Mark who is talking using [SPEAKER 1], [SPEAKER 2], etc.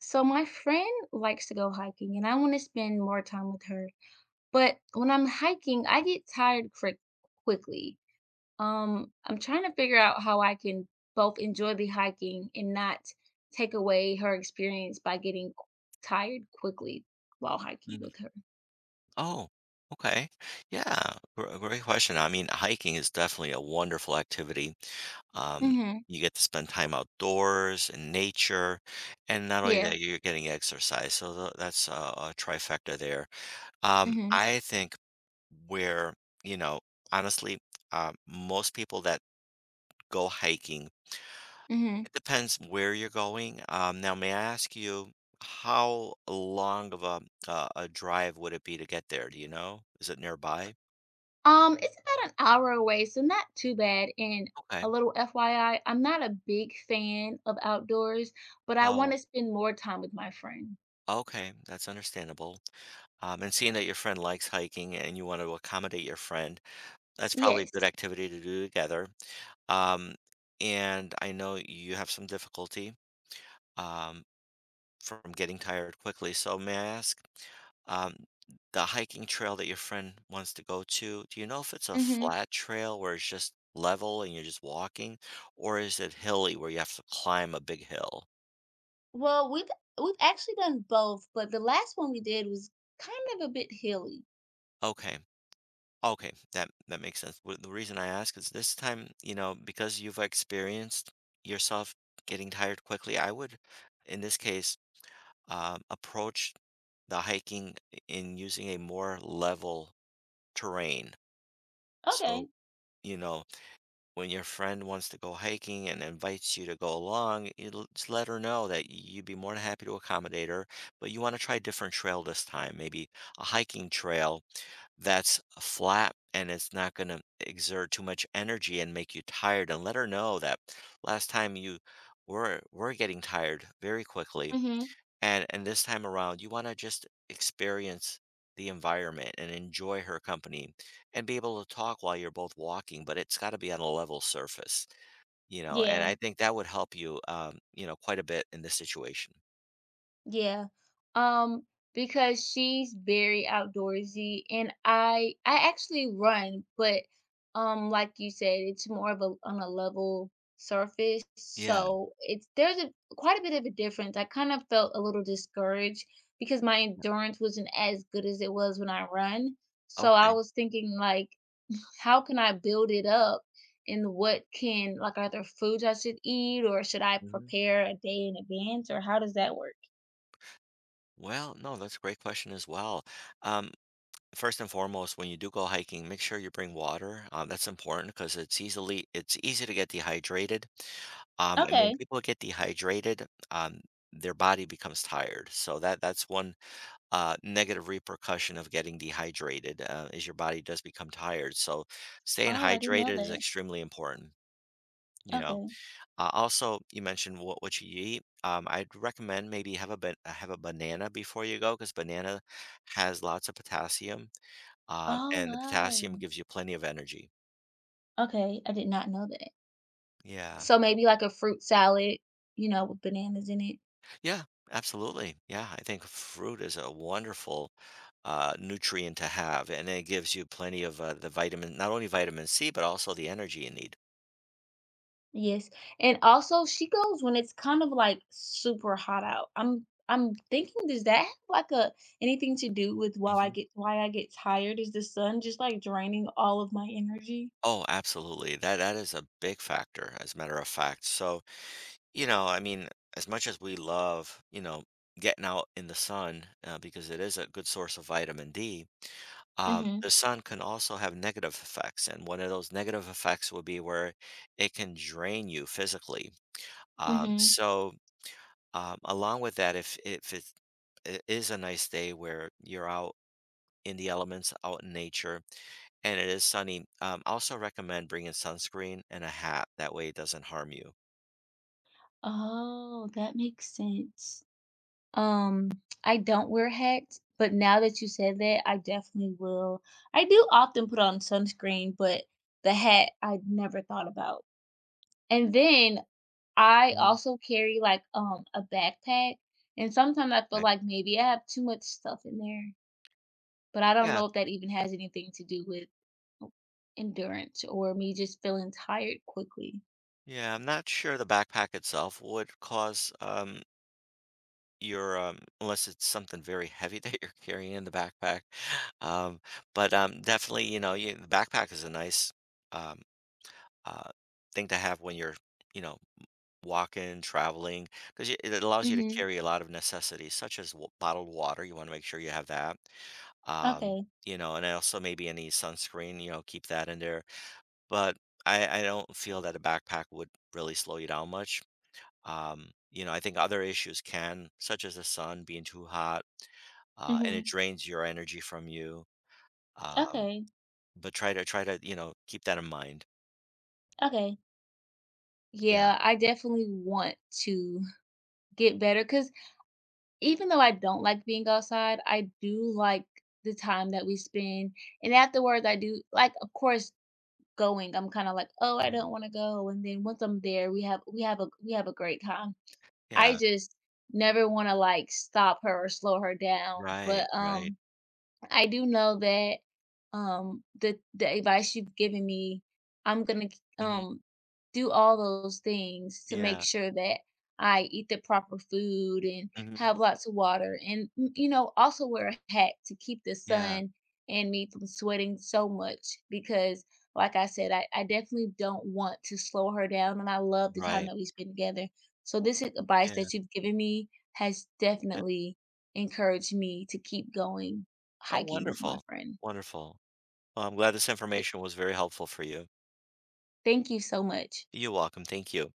[SPEAKER 1] So my friend likes to go hiking and I want to spend more time with her. But when I'm hiking, I get tired quick quickly. I'm trying to figure out how I can both enjoy the hiking and not take away her experience by tired quickly while hiking
[SPEAKER 2] Hmm.
[SPEAKER 1] with her.
[SPEAKER 2] Oh, okay. Yeah, great question. I mean, hiking is definitely a wonderful activity. Um,
[SPEAKER 1] Mhm.
[SPEAKER 2] you get to spend time outdoors in nature, and not only
[SPEAKER 1] Yeah.
[SPEAKER 2] that, you're getting exercise. So that's a trifecta there.
[SPEAKER 1] Mhm.
[SPEAKER 2] I think where, you know, honestly, most people that go hiking,
[SPEAKER 1] Mhm.
[SPEAKER 2] it depends where you're going. Now, may I ask you, how long of a drive would it be to get there? Do you know? Is it nearby?
[SPEAKER 1] It's about an hour away, so not too bad. And
[SPEAKER 2] Okay.
[SPEAKER 1] a little FYI, I'm not a big fan of outdoors, but I want
[SPEAKER 2] Oh,
[SPEAKER 1] to spend more time with my friend.
[SPEAKER 2] okay. That's understandable. And seeing that your friend likes hiking and you want to accommodate your friend, that's probably a good
[SPEAKER 1] Yes.
[SPEAKER 2] activity to do together. Um, and I know you have some difficulty um, from getting tired quickly. So may I ask, um, the hiking trail that your friend wants to go to, do you know if it's a
[SPEAKER 1] Mhm.
[SPEAKER 2] flat trail where it's just level and you're just walking, or is it hilly where you have to climb a big hill?
[SPEAKER 1] Well, we've actually done both, but the last one we did was kind of a bit hilly.
[SPEAKER 2] Okay. Okay, that makes sense. The reason I ask is this time, you know, because you've experienced yourself getting tired quickly, I would, in this case, approach the hiking in using a more level terrain. So,
[SPEAKER 1] Okay.
[SPEAKER 2] you know, when your friend wants to go hiking and invites you to go along, you just let her know that you'd be more than happy to accommodate her, but you want to try a different trail this time, maybe a hiking trail that's flat and it's not going to exert too much energy and make you tired, and let her know that last time you were getting tired very quickly,
[SPEAKER 1] Mhm.
[SPEAKER 2] and this time around you want to just experience the environment and enjoy her company and be able to talk while you're both walking, but it's got to be on a level surface. You know, and
[SPEAKER 1] Yeah.
[SPEAKER 2] I think that would help you you know, quite a bit in this situation.
[SPEAKER 1] Yeah. Um because she's very outdoorsy and I actually run, but like you said, it's more of a on a level surface.
[SPEAKER 2] Yeah.
[SPEAKER 1] So, it's there's a quite a bit of a difference. I kind of felt a little discouraged because my endurance wasn't as good as it was when I run. So, I
[SPEAKER 2] Okay.
[SPEAKER 1] was thinking like how can I build it up? And what can like are there foods I should eat or should I
[SPEAKER 2] Hmm.
[SPEAKER 1] prepare a day in advance or how does that work?
[SPEAKER 2] Well, no, that's a great question as well. um First and foremost, when you do go hiking, make sure you bring water. That's important because it's easy to get dehydrated. And when
[SPEAKER 1] Okay.
[SPEAKER 2] people get dehydrated, um, their body becomes tired. So that's one negative repercussion of getting dehydrated, is your body does become tired. So staying
[SPEAKER 1] Oh, I didn't know
[SPEAKER 2] hydrated is
[SPEAKER 1] that.
[SPEAKER 2] extremely important. You know.
[SPEAKER 1] Okay.
[SPEAKER 2] Also, you mentioned what you eat. I'd recommend maybe have a banana before you go, because banana has lots of potassium,
[SPEAKER 1] Oh,
[SPEAKER 2] and the
[SPEAKER 1] wow.
[SPEAKER 2] potassium gives you plenty of energy.
[SPEAKER 1] Okay, I did not know that.
[SPEAKER 2] Yeah.
[SPEAKER 1] So maybe like a fruit salad, you know, with bananas in it.
[SPEAKER 2] Yeah, absolutely. Yeah, I think fruit is a wonderful nutrient to have, and it gives you plenty of the vitamin, not only vitamin C, but also the energy you need.
[SPEAKER 1] Yes. And also she goes when it's kind of like super hot out. I'm thinking, does that have like a anything to do with while I
[SPEAKER 2] Hmm.
[SPEAKER 1] get why I get tired? Is the sun just like draining all of my energy?
[SPEAKER 2] Oh, absolutely. That is a big factor, as a matter of fact. So, you know, I mean, as much as we love, you know, getting out in the sun, because it is a good source of vitamin D. The
[SPEAKER 1] Mhm,
[SPEAKER 2] sun can also have negative effects, and one of those negative effects would be where it can drain you physically. Um,
[SPEAKER 1] mhm.
[SPEAKER 2] so, Along with that, if it, it is a nice day where you're out in the elements, out in nature, and it is sunny, I also recommend bringing sunscreen and a hat. That way, it doesn't harm you.
[SPEAKER 1] Oh, that makes sense. Um, I don't wear hats, but now that you said that, I definitely will. I do often put on sunscreen, but the hat I never thought about. And then I
[SPEAKER 2] Mhm.
[SPEAKER 1] also carry like a backpack, and sometimes I feel
[SPEAKER 2] Okay.
[SPEAKER 1] like maybe I have too much stuff in there, but I don't
[SPEAKER 2] Yeah,
[SPEAKER 1] know if that even has anything to do with oh, endurance or me just feeling tired quickly.
[SPEAKER 2] yeah. I'm not sure the backpack itself would cause your unless it's something very heavy that you're carrying in the backpack. Um, but definitely, you know, the backpack is a nice um, uh, thing to have when you're, you know, walking, traveling, because it allows you to
[SPEAKER 1] Mhm.
[SPEAKER 2] carry a lot of necessities such as bottled water. You want to make sure you have that. Um,
[SPEAKER 1] Okay.
[SPEAKER 2] you know, and also maybe any sunscreen. You know, keep that in there. But I don't feel that a backpack would really slow you down much. You know, I think other issues can, such as the sun being too hot, and it
[SPEAKER 1] Mhm.
[SPEAKER 2] drains your energy from you. Um,
[SPEAKER 1] Okay.
[SPEAKER 2] but try to try to you know, keep that in mind.
[SPEAKER 1] Okay.
[SPEAKER 2] Yeah,
[SPEAKER 1] Yeah, I definitely want to get better because even though I don't like being outside, I do like the time that we spend. And afterwards, I do like, of course, going. I'm kind of like, oh, I
[SPEAKER 2] mhm,
[SPEAKER 1] don't want to go. And then once I'm there, we have a great time. I
[SPEAKER 2] yeah,
[SPEAKER 1] just never want to like stop her or slow her down.
[SPEAKER 2] right,
[SPEAKER 1] But
[SPEAKER 2] right.
[SPEAKER 1] I do know that the advice you've given me, I'm
[SPEAKER 2] Hmm.
[SPEAKER 1] do all those things to make
[SPEAKER 2] Yeah,
[SPEAKER 1] sure that I eat the proper food and
[SPEAKER 2] hmm,
[SPEAKER 1] have lots of water and also wear a hat to keep the
[SPEAKER 2] yeah,
[SPEAKER 1] sun and me from sweating so much because like I said, I definitely don't want to slow her down and I love the time
[SPEAKER 2] right,
[SPEAKER 1] that we spend together. So this advice
[SPEAKER 2] yeah,
[SPEAKER 1] that you've given me has
[SPEAKER 2] yeah.
[SPEAKER 1] definitely encouraged me to keep going
[SPEAKER 2] Oh,
[SPEAKER 1] hiking with my
[SPEAKER 2] wonderful,
[SPEAKER 1] friend.
[SPEAKER 2] wonderful. Well, I'm glad this information was very helpful for you.
[SPEAKER 1] Thank you so much.
[SPEAKER 2] You're welcome. Thank you.